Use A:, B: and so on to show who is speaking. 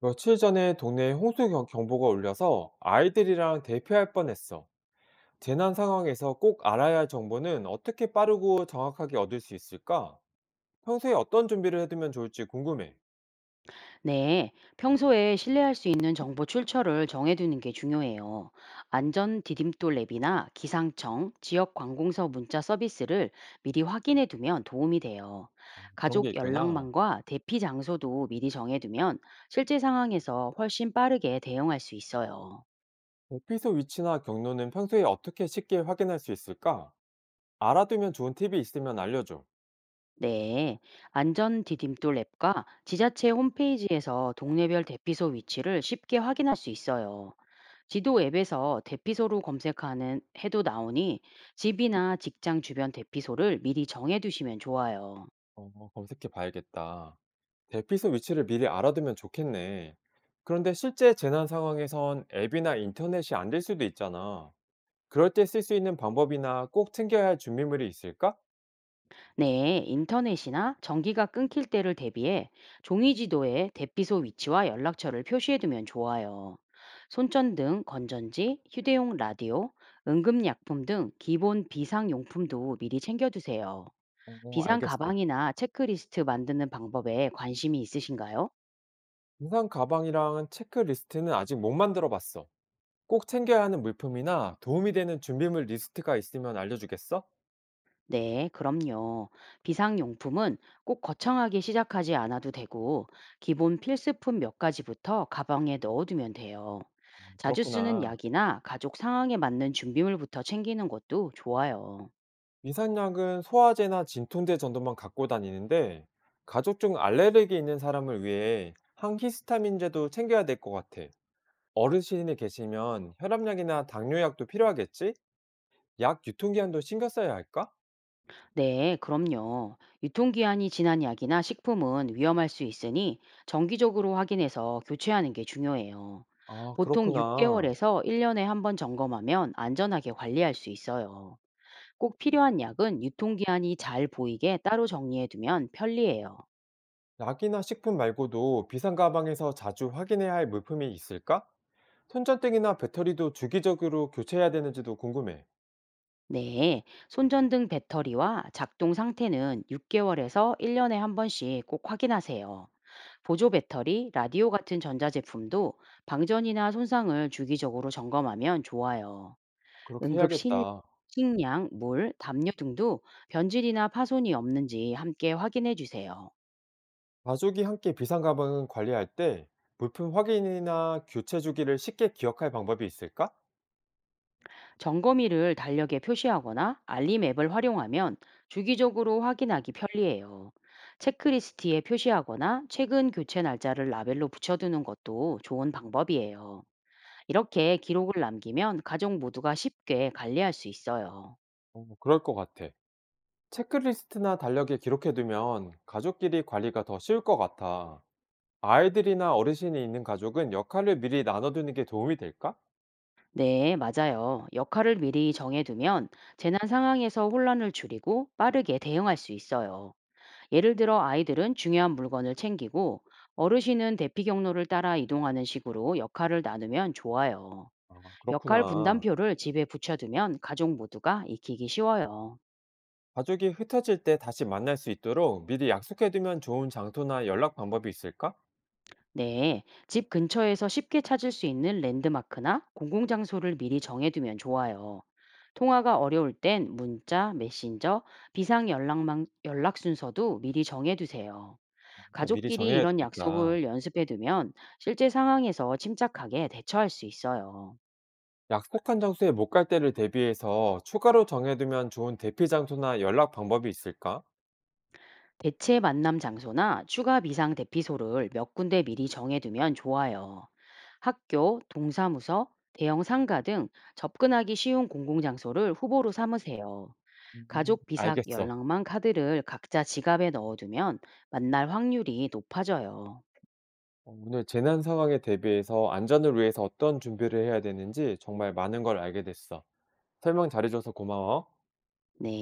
A: 며칠 전에 동네에 홍수 경보가 울려서 아이들이랑 대피할 뻔했어. 재난 상황에서 꼭 알아야 할 정보는 어떻게 빠르고 정확하게 얻을 수 있을까? 평소에 어떤 준비를 해두면 좋을지 궁금해.
B: 네, 평소에 신뢰할 수 있는 정보 출처를 정해두는 게 중요해요. 안전 디딤돌 앱이나 기상청, 지역 관공서 문자 서비스를 미리 확인해두면 도움이 돼요.
A: 아, 그런 게
B: 가족
A: 있구나.
B: 연락망과 대피 장소도 미리 정해두면 실제 상황에서 훨씬 빠르게 대응할 수 있어요.
A: 대피소 위치나 경로는 평소에 어떻게 쉽게 확인할 수 있을까? 알아두면 좋은 팁이 있으면 알려줘.
B: 네, 안전 디딤돌 앱과 지자체 홈페이지에서 동네별 대피소 위치를 쉽게 확인할 수 있어요. 지도 앱에서 대피소로 검색하는 해도 나오니 집이나 직장 주변 대피소를 미리 정해두시면 좋아요.
A: 어, 검색해 봐야겠다. 대피소 위치를 미리 알아두면 좋겠네. 그런데 실제 재난 상황에선 앱이나 인터넷이 안될 수도 있잖아. 그럴 때 쓸 수 있는 방법이나 꼭 챙겨야 할 준비물이 있을까?
B: 네, 인터넷이나 전기가 끊길 때를 대비해 종이 지도에 대피소 위치와 연락처를 표시해두면 좋아요. 손전등, 건전지, 휴대용 라디오, 응급약품 등 기본 비상용품도 미리 챙겨두세요.
A: 어,
B: 비상
A: 알겠어.
B: 가방이나 체크리스트 만드는 방법에 관심이 있으신가요?
A: 등산 가방이랑 체크리스트는 아직 못 만들어 봤어. 꼭 챙겨야 하는 물품이나 도움이 되는 준비물 리스트가 있으면 알려주겠어?
B: 네, 그럼요. 비상용품은 꼭 거창하게 시작하지 않아도 되고, 기본 필수품 몇 가지부터 가방에 넣어두면 돼요.
A: 아,
B: 자주 쓰는
A: 그렇구나.
B: 약이나 가족 상황에 맞는 준비물부터 챙기는 것도 좋아요.
A: 위산약은 소화제나 진통제 정도만 갖고 다니는데 가족 중 알레르기 있는 사람을 위해 항히스타민제도 챙겨야 될 것 같아. 어르신이 계시면 혈압약이나 당뇨약도 필요하겠지? 약 유통기한도 신경 써야 할까?
B: 네, 그럼요. 유통기한이 지난 약이나 식품은 위험할 수 있으니 정기적으로 확인해서 교체하는 게 중요해요.
A: 아,
B: 보통
A: 그렇구나.
B: 6개월에서 1년에 한 번 점검하면 안전하게 관리할 수 있어요. 꼭 필요한 약은 유통기한이 잘 보이게 따로 정리해 두면 편리해요.
A: 약이나 식품 말고도 비상 가방에서 자주 확인해야 할 물품이 있을까? 손전등이나 배터리도 주기적으로 교체해야 되는지도 궁금해.
B: 네, 손전등 배터리와 작동 상태는 6개월에서 1년에 한 번씩 꼭 확인하세요. 보조 배터리, 라디오 같은 전자제품도 방전이나 손상을 주기적으로 점검하면 좋아요.
A: 그렇게
B: 응급 실,
A: 해야겠다.
B: 식량, 물, 담요 등도 변질이나 파손이 없는지 함께 확인해 주세요.
A: 가족이 함께 비상 가방을 관리할 때 물품 확인이나 교체 주기를 쉽게 기억할 방법이 있을까?
B: 점검일을 달력에 표시하거나 알림 앱을 활용하면 주기적으로 확인하기 편리해요. 체크리스트에 표시하거나 최근 교체 날짜를 라벨로 붙여두는 것도 좋은 방법이에요. 이렇게 기록을 남기면 가족 모두가 쉽게 관리할 수 있어요.
A: 어, 그럴 것 같아. 체크리스트나 달력에 기록해두면 가족끼리 관리가 더 쉬울 것 같아. 아이들이나 어르신이 있는 가족은 역할을 미리 나눠두는 게 도움이 될까?
B: 네, 맞아요. 역할을 미리 정해두면 재난 상황에서 혼란을 줄이고 빠르게 대응할 수 있어요. 예를 들어 아이들은 중요한 물건을 챙기고 어르신은 대피 경로를 따라 이동하는 식으로 역할을 나누면 좋아요.
A: 아,
B: 역할
A: 그렇구나.
B: 분담표를 집에 붙여두면 가족 모두가 익히기 쉬워요.
A: 가족이 흩어질 때 다시 만날 수 있도록 미리 약속해두면 좋은 장소나 연락 방법이 있을까?
B: 네, 집 근처에서 쉽게 찾을 수 있는 랜드마크나 공공장소를 미리 정해두면 좋아요. 통화가 어려울 땐 문자, 메신저, 비상 연락망, 연락 순서도 미리 정해두세요.
A: 더 미리
B: 가족끼리
A: 정해야
B: 이런
A: 되겠다.
B: 약속을 연습해 두면 실제 상황에서 침착하게 대처할 수 있어요.
A: 약속한 장소에 못 갈 때를 대비해서 추가로 정해두면 좋은 대피 장소나 연락 방법이 있을까?
B: 대체 만남 장소나 추가 비상 대피소를 몇 군데 미리 정해두면 좋아요. 학교, 동사무소, 대형 상가 등 접근하기 쉬운 공공장소를 후보로 삼으세요.
A: 음,
B: 가족 비상
A: 알겠어.
B: 연락망 카드를 각자 지갑에 넣어두면 만날 확률이 높아져요.
A: 어, 오늘 재난 상황에 대비해서 안전을 위해서 어떤 준비를 해야 되는지 정말 많은 걸 알게 됐어. 설명 잘해줘서 고마워.
B: 네.